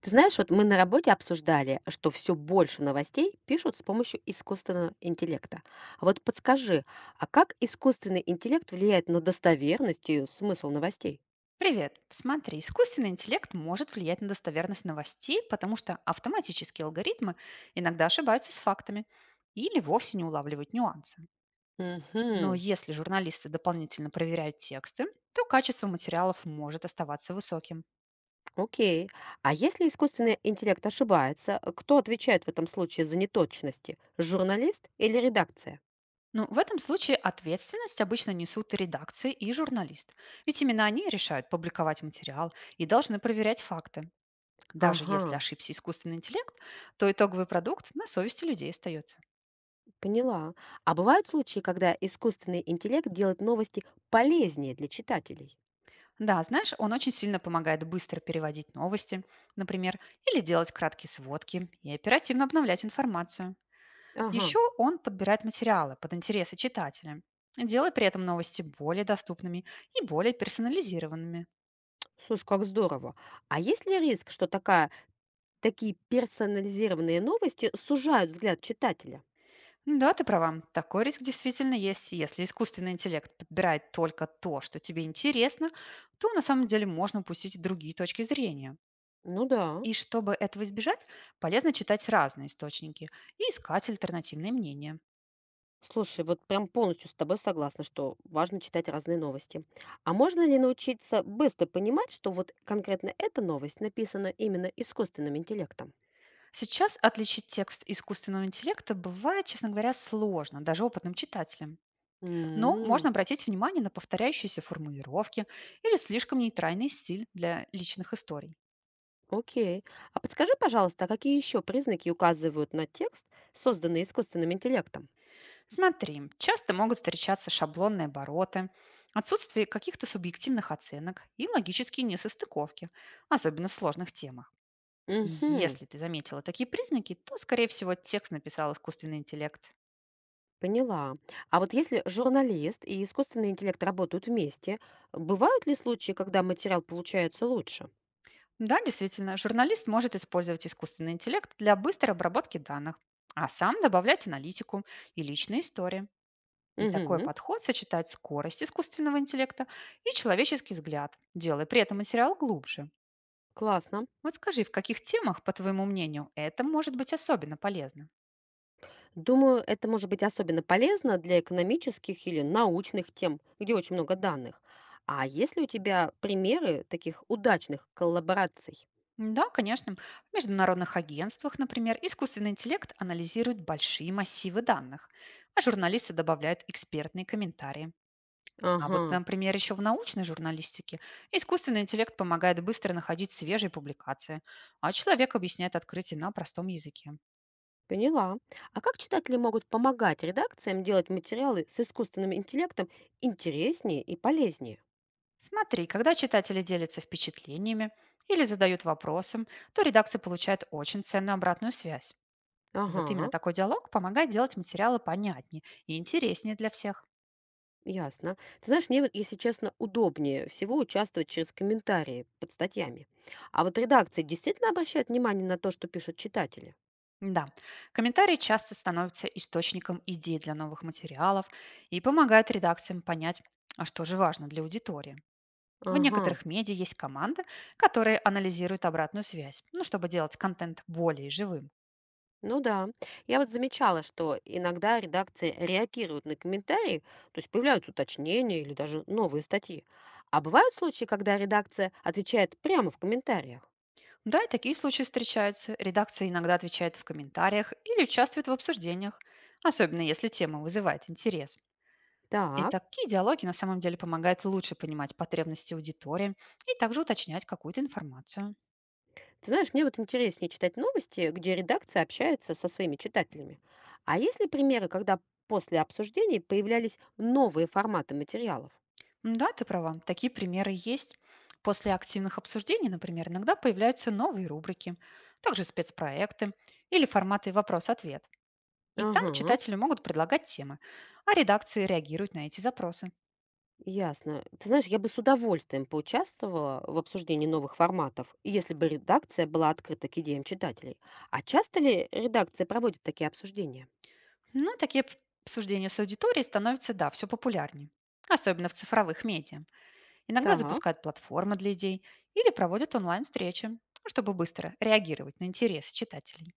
Ты знаешь, вот мы на работе обсуждали, что все больше новостей пишут с помощью искусственного интеллекта. А вот подскажи, а как искусственный интеллект влияет на достоверность и смысл новостей? Привет. Смотри, искусственный интеллект может влиять на достоверность новостей, потому что автоматические алгоритмы иногда ошибаются с фактами или вовсе не улавливают нюансы. Но Угу, если журналисты дополнительно проверяют тексты, то качество материалов может оставаться высоким. окей. А если искусственный интеллект ошибается, кто отвечает в этом случае за неточности? Журналист или редакция? Но в этом случае ответственность обычно несут и редакции, и журналист. Ведь именно они решают публиковать материал и должны проверять факты. Даже Ага, если ошибся искусственный интеллект, то итоговый продукт на совести людей остается. поняла. А бывают случаи, когда искусственный интеллект делает новости полезнее для читателей? Да, знаешь, он очень сильно помогает быстро переводить новости, например, или делать краткие сводки и оперативно обновлять информацию. Ага. Еще он подбирает материалы под интересы читателя, делая при этом новости более доступными и более персонализированными. Слушай, как здорово. А есть ли риск, что такая, такие персонализированные новости сужают взгляд читателя? Ну да, ты права, такой риск действительно есть. Если искусственный интеллект подбирает только то, что тебе интересно, то на самом деле можно упустить другие точки зрения. Ну да. И чтобы этого избежать, полезно читать разные источники и искать альтернативные мнения. Слушай, вот прям полностью с тобой согласна, что важно читать разные новости. А можно ли научиться быстро понимать, что вот конкретно эта новость написана именно искусственным интеллектом? Сейчас отличить текст искусственного интеллекта бывает, честно говоря, сложно, даже опытным читателям. Но М, можно обратить внимание на повторяющиеся формулировки или слишком нейтральный стиль для личных историй. окей. А подскажи, пожалуйста, а какие еще признаки указывают на текст, созданный искусственным интеллектом? Смотри, часто могут встречаться шаблонные обороты, отсутствие каких-то субъективных оценок и логические несостыковки, особенно в сложных темах. И Угу. если ты заметила такие признаки, то, скорее всего, текст написал искусственный интеллект. Поняла. А вот если журналист и искусственный интеллект работают вместе, бывают ли случаи, когда материал получается лучше? Да, действительно, журналист может использовать искусственный интеллект для быстрой обработки данных, а сам добавлять аналитику и личные истории. И такой Угу, подход сочетает скорость искусственного интеллекта и человеческий взгляд, делая при этом материал глубже. классно. Вот скажи, в каких темах, по твоему мнению, это может быть особенно полезно? Думаю, это может быть особенно полезно для экономических или научных тем, где очень много данных. А есть ли у тебя примеры таких удачных коллабораций? Да, конечно. В международных агентствах, например, искусственный интеллект анализирует большие массивы данных, а журналисты добавляют экспертные комментарии. А вот, Ага, например, еще в научной журналистике искусственный интеллект помогает быстро находить свежие публикации, а человек объясняет открытие на простом языке. поняла. А как читатели могут помогать редакциям делать материалы с искусственным интеллектом интереснее и полезнее? Смотри, когда читатели делятся впечатлениями или задают вопросом, то редакция получает очень ценную обратную связь. И вот именно Ага. такой диалог помогает делать материалы понятнее и интереснее для всех. Ясно. Ты знаешь, мне вот, если честно, удобнее всего участвовать через комментарии под статьями. А вот редакция действительно обращает внимание на то, что пишут читатели? Да, комментарии часто становятся источником идей для новых материалов и помогают редакциям понять, а что же важно для аудитории. В Ага, некоторых медиа есть команды, которые анализируют обратную связь, ну, чтобы делать контент более живым. ну да. Я вот замечала, что иногда редакции реагируют на комментарии, то есть появляются уточнения или даже новые статьи. А бывают случаи, когда редакция отвечает прямо в комментариях? Да, и такие случаи встречаются. Редакция иногда отвечает в комментариях или участвует в обсуждениях, особенно если тема вызывает интерес. И Так. такие диалоги на самом деле помогают лучше понимать потребности аудитории и также уточнять какую-то информацию. Ты знаешь, мне вот интереснее читать новости, где редакция общается со своими читателями. А есть ли примеры, когда после обсуждений появлялись новые форматы материалов? М, да, ты права, такие примеры есть. После активных обсуждений, например, иногда появляются новые рубрики, также спецпроекты или форматы вопрос-ответ. И там Ага, читатели могут предлагать темы, а редакции реагируют на эти запросы. ясно. Ты знаешь, я бы с удовольствием поучаствовала в обсуждении новых форматов, если бы редакция была открыта к идеям читателей. А часто ли редакция проводит такие обсуждения? Ну и такие п- Обсуждения с аудиторией становятся, да, все популярнее. Особенно в цифровых медиа. Иногда Так. запускают платформы для идей или проводят онлайн-встречи, ну, чтобы быстро реагировать на интересы читателей.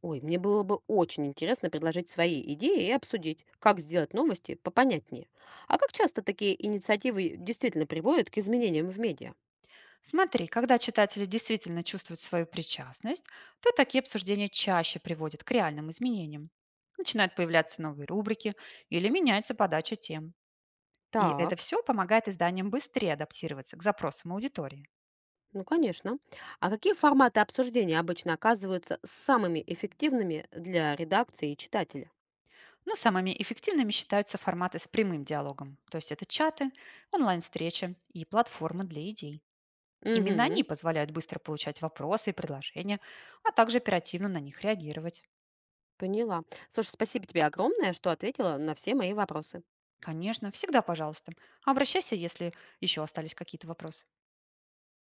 Ой, мне было бы очень интересно предложить свои идеи и обсудить, как сделать новости попонятнее. А как часто такие инициативы действительно приводят к изменениям в медиа? Смотри, когда читатели действительно чувствуют свою причастность, то такие обсуждения чаще приводят к реальным изменениям. Начинают появляться новые рубрики или меняется подача тем. И это Так, все помогает изданиям быстрее адаптироваться к запросам аудитории. ну конечно. А какие форматы обсуждения обычно оказываются самыми эффективными для редакции и читателя? Но самыми эффективными считаются форматы с прямым диалогом, то есть это чаты, онлайн-встречи и платформы для идей. Именно они Угу, позволяют быстро получать вопросы и предложения, а также оперативно на них реагировать. поняла. Слушай, спасибо тебе огромное, что ответила на все мои вопросы. Конечно, всегда пожалуйста. Обращайся, если еще остались какие-то вопросы.